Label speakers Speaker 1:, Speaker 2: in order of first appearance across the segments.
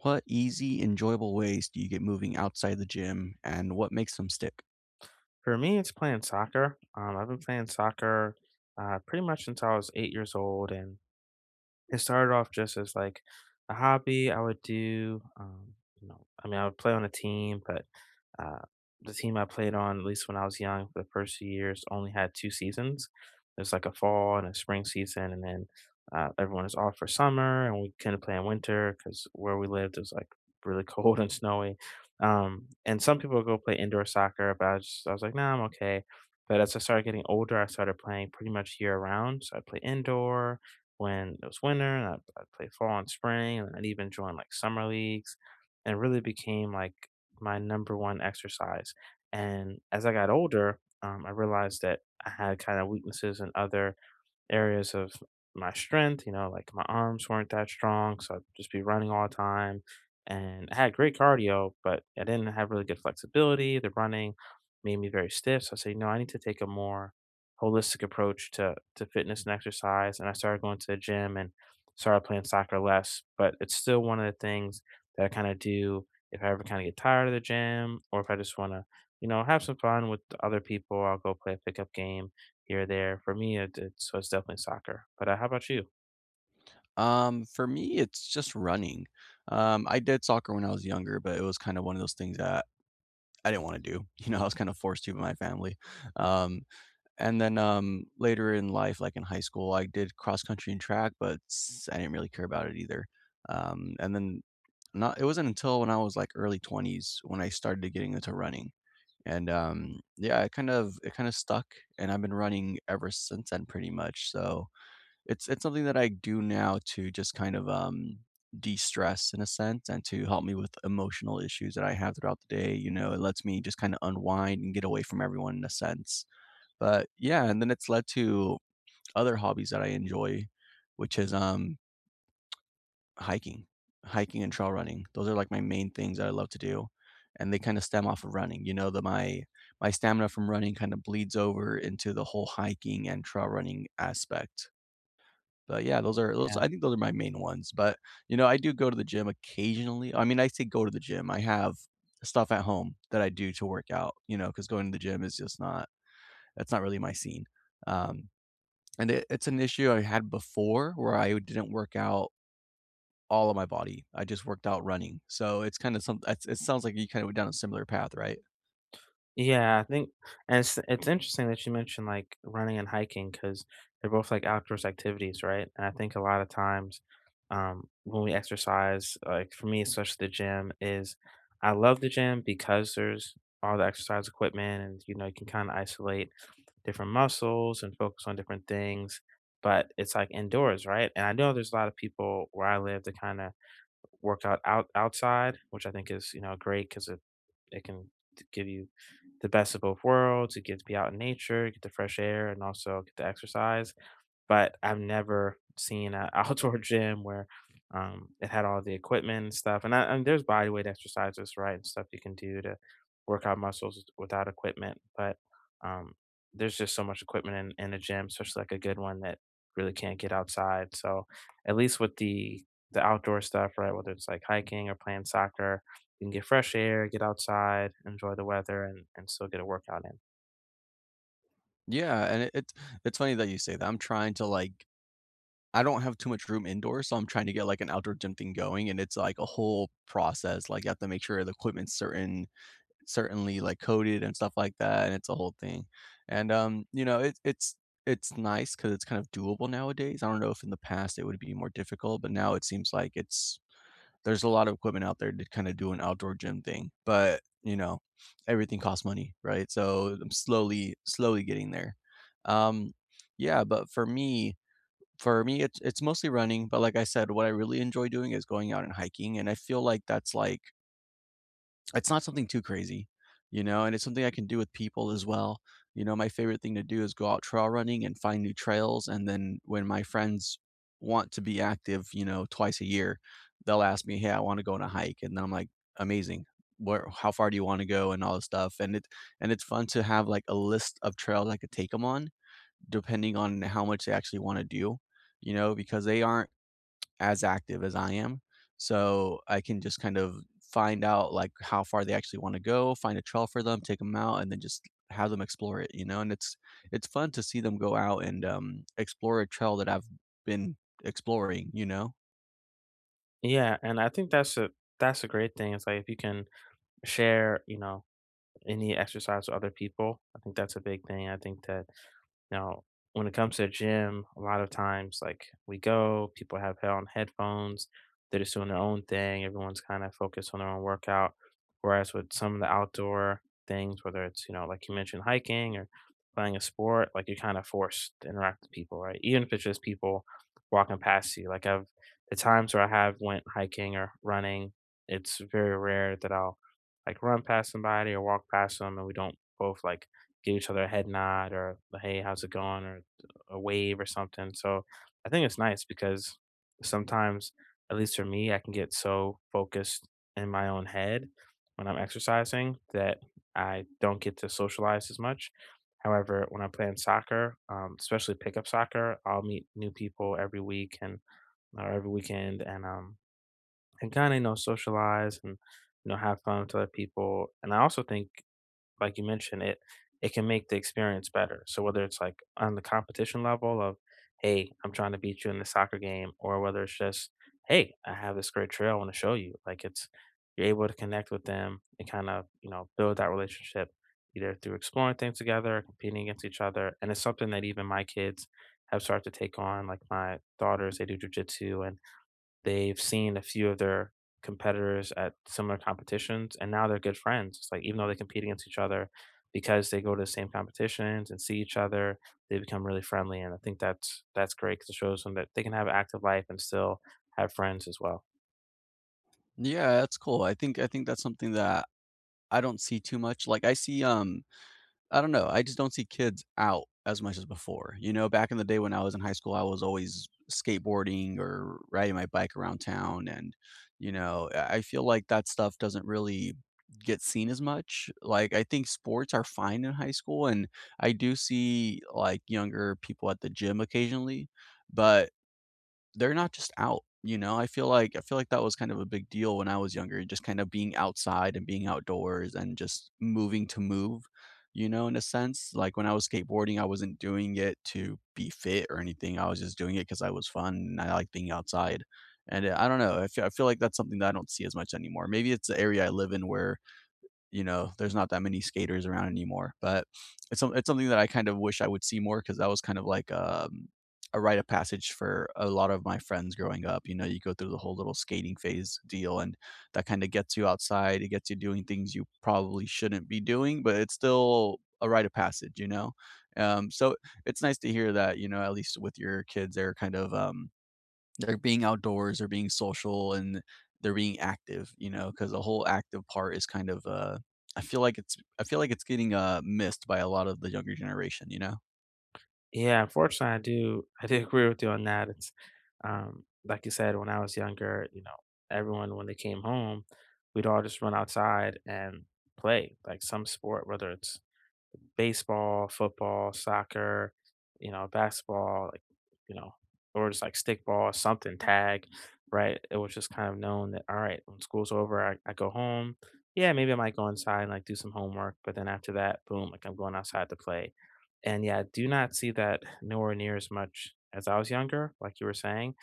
Speaker 1: What easy, enjoyable ways do you get moving outside the gym and what makes them stick?
Speaker 2: For me, it's playing soccer. I've been playing soccer pretty much since I was 8 years old, and it started off just as, like, a hobby. I would do, I mean, I would play on a team, but, uh, the team I played on, at least when I was young, for the first few years, only had 2 seasons. There's, like, a fall and a spring season, and then, everyone is off for summer, and we couldn't play in winter because where we lived it was, like, really cold and snowy. And some people would go play indoor soccer, but I was like, "Nah, I'm okay." But as I started getting older, I started playing pretty much year-round, so I play indoor, when it was winter, and I'd play fall and spring, and I'd even join like summer leagues, and it really became like my number one exercise. And as I got older, I realized that I had kind of weaknesses in other areas of my strength. You know, like my arms weren't that strong, so I'd just be running all the time. And I had great cardio, but I didn't have really good flexibility. The running made me very stiff. So I said, no, I need to take a more holistic approach to fitness and exercise. And I started going to the gym and started playing soccer less. But it's still one of the things that I kind of do if I ever kind of get tired of the gym, or if I just want to, have some fun with other people. I'll go play a pickup game here or there. For me, it's definitely soccer. But how about you?
Speaker 1: For me, it's just running. I did soccer when I was younger, but it was kind of one of those things that I didn't want to do. You know, I was kind of forced to by my family. Um, and then later in life, like in high school, I did cross country and track, but I didn't really care about it either. And then not, it wasn't until when I was like early 20s when I started getting into running. Yeah, it kinda stuck, and I've been running ever since then pretty much, so it's something that I do now to just kind of, de-stress in a sense and to help me with emotional issues that I have throughout the day, you know, it lets me just kinda unwind and get away from everyone in a sense. But, yeah, and then it's led to other hobbies that I enjoy, which is hiking. Hiking and trail running. Those are, like, my main things that I love to do, and they kinda stem off of running, you know, the my stamina from running kinda bleeds over into the whole hiking and trail running aspect. But, yeah, those are those
Speaker 2: Yeah.
Speaker 1: I think those are my main ones, but, you know, I do go to the gym occasionally. I mean, I say go to the gym, I have stuff at home that I do to work out, you know, because going to the gym is just not that's not really my scene. Um, and it's an issue I had before where I didn't work out all of my body. I just worked out running. So it's kind of some it's, it sounds like you kind of went down a similar path, right?
Speaker 2: Yeah, I think, and it's interesting that you mentioned like running and hiking, because they're both like outdoors activities, right? And I think a lot of times, when we exercise, like for me, especially the gym, is I love the gym because there's all the exercise equipment, and you know you can kind of isolate different muscles and focus on different things. But it's like indoors, right? And I know there's a lot of people where I live that kind of worked out outside, which I think is, you know, great because it can t give you the best of both worlds. You get to be out in nature, you get the fresh air, and also get to exercise. But I've never seen an outdoor gym where, it had all the equipment and stuff, and there's bodyweight exercises, right, and stuff you can do to work out muscles without equipment, but, um, there's just so much equipment in a gym, especially, like, a good one, that really can't get outside, so at least with the outdoor stuff, right, whether it's, like, hiking or playing soccer, you can get fresh air, get outside, enjoy the weather, and still get a workout in.
Speaker 1: Yeah, and it's funny that you say that. I'm trying to I don't have too much room indoors, so I'm trying to get like an outdoor gym thing going, and it's like a whole process. Like you have to make sure the equipment's certainly like coated and stuff like that, and it's a whole thing. And You know, it's nice because it's kind of doable nowadays. I don't know if in the past it would be more difficult, but now it seems like it's there's a lot of equipment out there to kind of do an outdoor gym thing, but you know, everything costs money, right? So I'm slowly, slowly getting there. Um, yeah, but for me, it's mostly running. But like I said, what I really enjoy doing is going out and hiking, and I feel like that's like it's not something too crazy, you know, and it's something I can do with people as well. You know, my favorite thing to do is go out trail running and find new trails, and then when my friends want to be active, you know, twice a year, they'll ask me, "Hey, I wanna go on a hike," and then I'm like, "Amazing. Where How far do you wanna go?" and all this stuff, and it's fun to have, like, a list of trails I could take them on depending on how much they actually wanna do, you know, because they aren't as active as I am. So I can just kind of find out like how far they actually want to go, find a trail for them, take them out, and then just have them explore it, you know? And it's fun to see them go out and explore a trail that I've been exploring, you know?
Speaker 2: Yeah, and I think that's a great thing. It's like, if you can share, you know, any exercise with other people, I think that's a big thing. I think that now, when it comes to a gym, a lot of times, like, we go, people have hell on headphones, they're just doing their own thing, everyone's kinda focused on their own workout. Whereas with some of the outdoor things, whether it's, you know, like you mentioned, hiking or playing a sport, like, you're kinda forced to interact with people, right? Even if it's just people walking past you, like, I've the times where I have went hiking or running, it's very rare that I'll, like, run past somebody or walk past them and we don't both, like, give each other a head nod or the, hey, how's it going? Or a wave or something. So I think it's nice because sometimes, at least for me, I can get so focused in my own head when I'm exercising that I don't get to socialize as much. However, when I'm playing soccer, especially pickup soccer, I'll meet new people every week and or every weekend, and kind of socialize and have fun with other people. And I also think, like you mentioned, it can make the experience better. So whether it's like on the competition level of, hey, I'm trying to beat you in the soccer game, or whether it's just, hey, I have this great trail I want to show you. Like it's you're able to connect with them and kind of, you know, build that relationship either through exploring things together, competing against each other. And it's something that even my kids have started to take on. Like my daughters, they do jujitsu, and they've seen a few of their competitors at similar competitions, and now they're good friends. It's like, even though they compete against each other, because they go to the same competitions and see each other, they become really friendly, and I think that's great because it shows them that they can have an active life and still have friends as well.
Speaker 1: Yeah, that's cool. I think that's something that I don't see too much. Like I see I don't know, I just don't see kids out as much as before, you know, back in the day when I was in high school, I was always skateboarding or riding my bike around town, and, you know, I feel like that stuff doesn't really get seen as much, like, I think sports are fine in high school, and I do see, like, younger people at the gym occasionally, but they're not just out, you know? I feel like that was kind of a big deal when I was younger, just kind of being outside and being outdoors and just moving to move, you know, in a sense. Like when I was skateboarding, I wasn't doing it to be fit or anything. I was just doing it because I was fun and I like being outside. And I don't know, I feel like that's something that I don't see as much anymore. Maybe it's the area I live in where you know, there's not that many skaters around anymore, but it's something that I kind of wish I would see more because that was kind of like, a rite of passage for a lot of my friends growing up, you know, you go through the whole little skating phase deal, and that kinda gets you outside, it gets you doing things you probably shouldn't be doing, but it's still a rite of passage, you know? So it's nice to hear that, you know, at least with your kids, they're kind of, they're being outdoors, they're being social, and they're being active, you know, because the whole active part is kind of, I feel like it's I feel like it's getting, missed by a lot of the younger generation, you know?
Speaker 2: Yeah, unfortunately, I do I do agree with you on that. It's, like you said, when I was younger, you know, everyone when they came home, we'd all just run outside and play like some sport, whether it's baseball, football, soccer, you know, basketball, like, you know, or just like stickball or something, tag, right? It was just kind of known that, all right, when school's over, I go home. Yeah, maybe I might go inside and like do some homework. But then after that, boom, like I'm going outside to play. And yeah, I do not see that nowhere near as much as I was younger, like you were saying,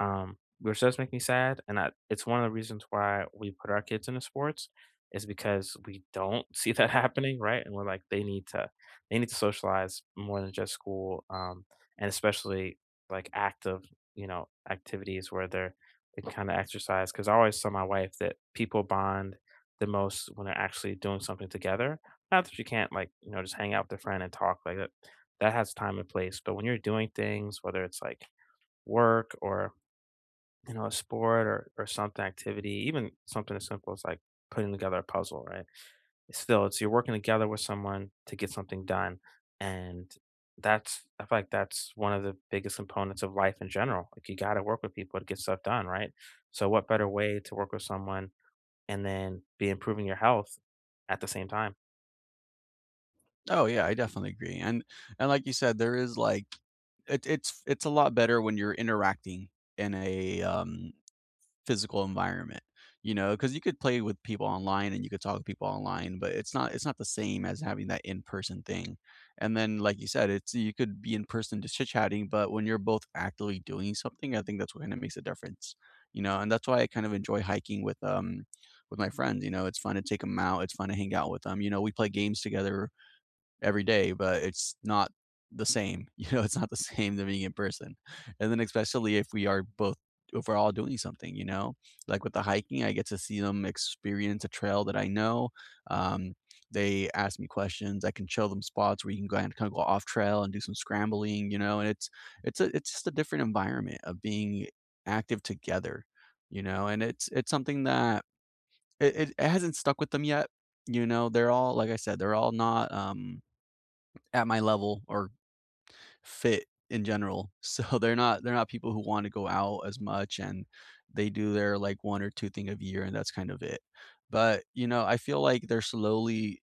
Speaker 2: which does make me sad. And it's one of the reasons why we put our kids into sports, is because we don't see that happening, right? And we're like, they need to, socialize more than just school, and especially like active, you know, activities where they kind of exercise. Because I always tell my wife that people bond the most when they're actually doing something together. Not that you can't, like, you know, just hang out with a friend and talk like that. That has time and place. But when you're doing things, whether it's like work or you know a sport or something activity, even something as simple as like putting together a puzzle, right? Still, it's you're working together with someone to get something done, and that's I feel like that's one of the biggest components of life in general. Like, you gotta work with people to get stuff done, right? So what better way to work with someone and then be improving your health at the same time?
Speaker 1: Oh, yeah, I definitely agree, and like you said, there is, it's a lot better when you're interacting in a, physical environment, you know, because you could play with people online and you could talk to people online, but it's not the same as having that in-person thing, and then, like you said, it's you could be in person just chit-chatting, but when you're both actively doing something, I think that's what kinda makes a difference, you know, and that's why I kind of enjoy hiking with my friends, you know, it's fun to take them out, it's fun to hang out with them. You know, we play games together every day, but it's not the same. You know, it's not the same to being in person. And then especially if we're all doing something, you know, like with the hiking, I get to see them experience a trail that I know. Um, they ask me questions. I can show them spots where you can go and kind of go off trail and do some scrambling, you know. And it's just a different environment of being active together, you know. And it's something that it hasn't stuck with them yet. You know, they're all like I said, they're all not at my level or fit in general. So they're not people who want to go out as much and they do their like one or two thing a year and that's kind of it. But, you know, I feel like they're slowly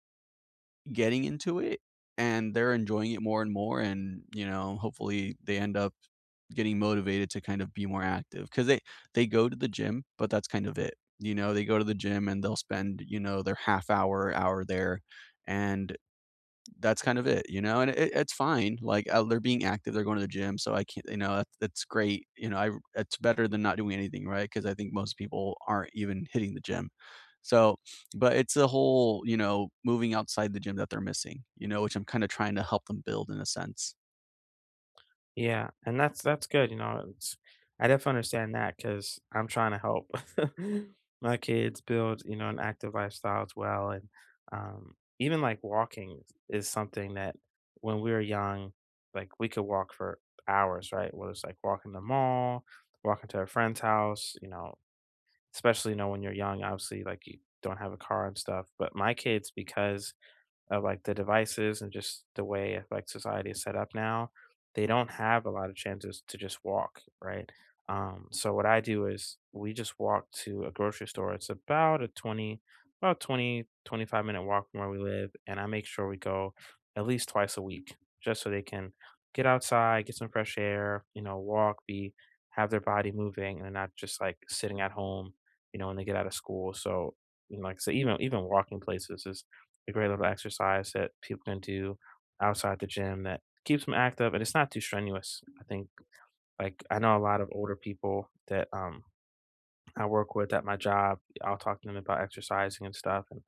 Speaker 1: getting into it and they're enjoying it more and more and, you know, hopefully they end up getting motivated to kind of be more active cuz they go to the gym, but that's kind of it. You know, they go to the gym and they'll spend, you know, their half hour hour there and that's kind of it, you know, and it's fine. Like they're being active, they're going to the gym, so I can't, you know, that's great. You know, I It's better than not doing anything, right? Because I think most people aren't even hitting the gym. So, but it's the whole, you know, moving outside the gym that they're missing, you know, which I'm kind of trying to help them build in a sense.
Speaker 2: Yeah, and that's good, you know, it's I definitely understand that because 'cause I'm trying to help my kids build, you know, an active lifestyle as well, and, even, like, walking is something that when we were young, like, we could walk for hours, right? Whether it's, like, walking to the mall, walking to a friend's house, you know, especially, you know, when you're young, obviously, like, you don't have a car and stuff, but my kids, because of like the devices and just the way like society is set up now, they don't have a lot of chances to just walk, right? So what I do is we just walk to a grocery store. It's about a 20, about 20 25 minute walk from where we live. And I make sure we go at least twice a week just so they can get outside, get some fresh air, you know, walk, have their body moving and not just like sitting at home, you know, when they get out of school. So, you know, like I said, even walking places is a great little exercise that people can do outside the gym that keeps them active, and it's not too strenuous. I think, like, I know a lot of older people that I work with at my job. I'll talk to them about exercising and stuff, and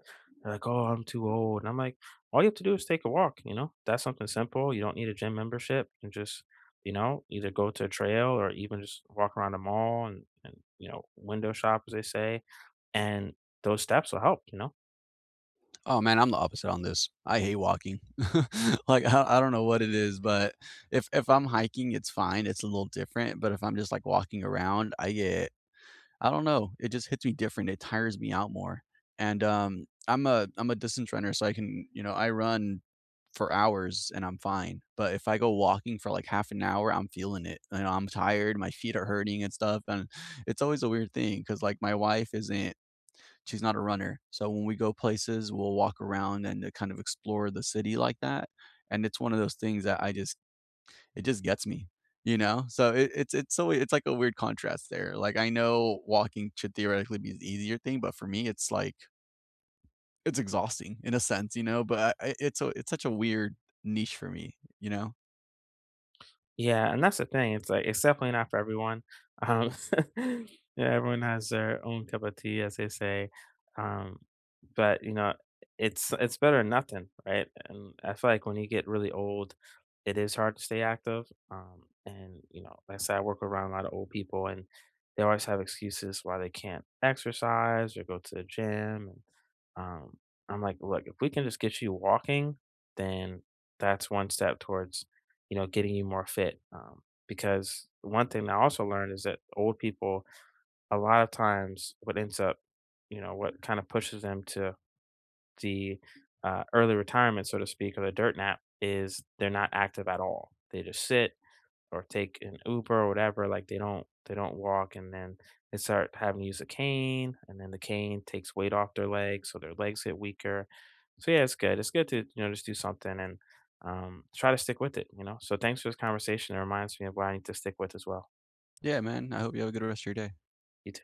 Speaker 2: they're like, "Oh, I'm too old." And I'm like, "All you have to do is take a walk, you know? That's something simple. You don't need a gym membership. You can just, you know, either go to a trail or even just walk around the mall, and you know, window shop as they say, and those steps will help, you know?"
Speaker 1: Oh man, I'm the opposite on this. I hate walking. Like I don't know what it is, but if I'm hiking, it's fine. It's a little different. But if I'm just like walking around, I don't know, it just hits me different, it tires me out more, I'm a distance runner, so I can you know, I run for hours and I'm fine, but if I go walking for, like, half an hour, I'm feeling it, you know, I'm tired, my feet are hurting and stuff, and it's always a weird thing because like, my wife isn't she's not a runner, so when we go places, we'll walk around and, kind of explore the city like that, and it's one of those things that I just it just gets me, you know? So it's like a weird contrast there. Like I know walking should theoretically be the easier thing, but for me, it's like it's exhausting in a sense, you know. It's it's such a weird niche for me, you know.
Speaker 2: Yeah, and that's the thing. It's like, it's definitely not for everyone. Um, yeah, everyone has their own cup of tea, as they say. Um, but you know, it's better than nothing, right? And I feel like when you get really old, it is hard to stay active. And you know, like I said, I work around a lot of old people, and they always have excuses why they can't exercise or go to the gym. And um, I'm like, look, if we can just get you walking, then that's one step towards getting you more fit. Because one thing I also learned is that old people, a lot of times, what ends up, you know, what kind of pushes them to the early retirement, so to speak, or the dirt nap, is they're not active at all. They just sit, or take an Uber or whatever, like they don't walk, and then they start having to use a cane, and then the cane takes weight off their legs, so their legs get weaker. So yeah, it's good. It's good to, you know, just do something and try to stick with it, you know. So thanks for this conversation. It reminds me of what I need to stick with as well.
Speaker 1: Yeah, man. I hope you have a good rest of your day.
Speaker 2: You too.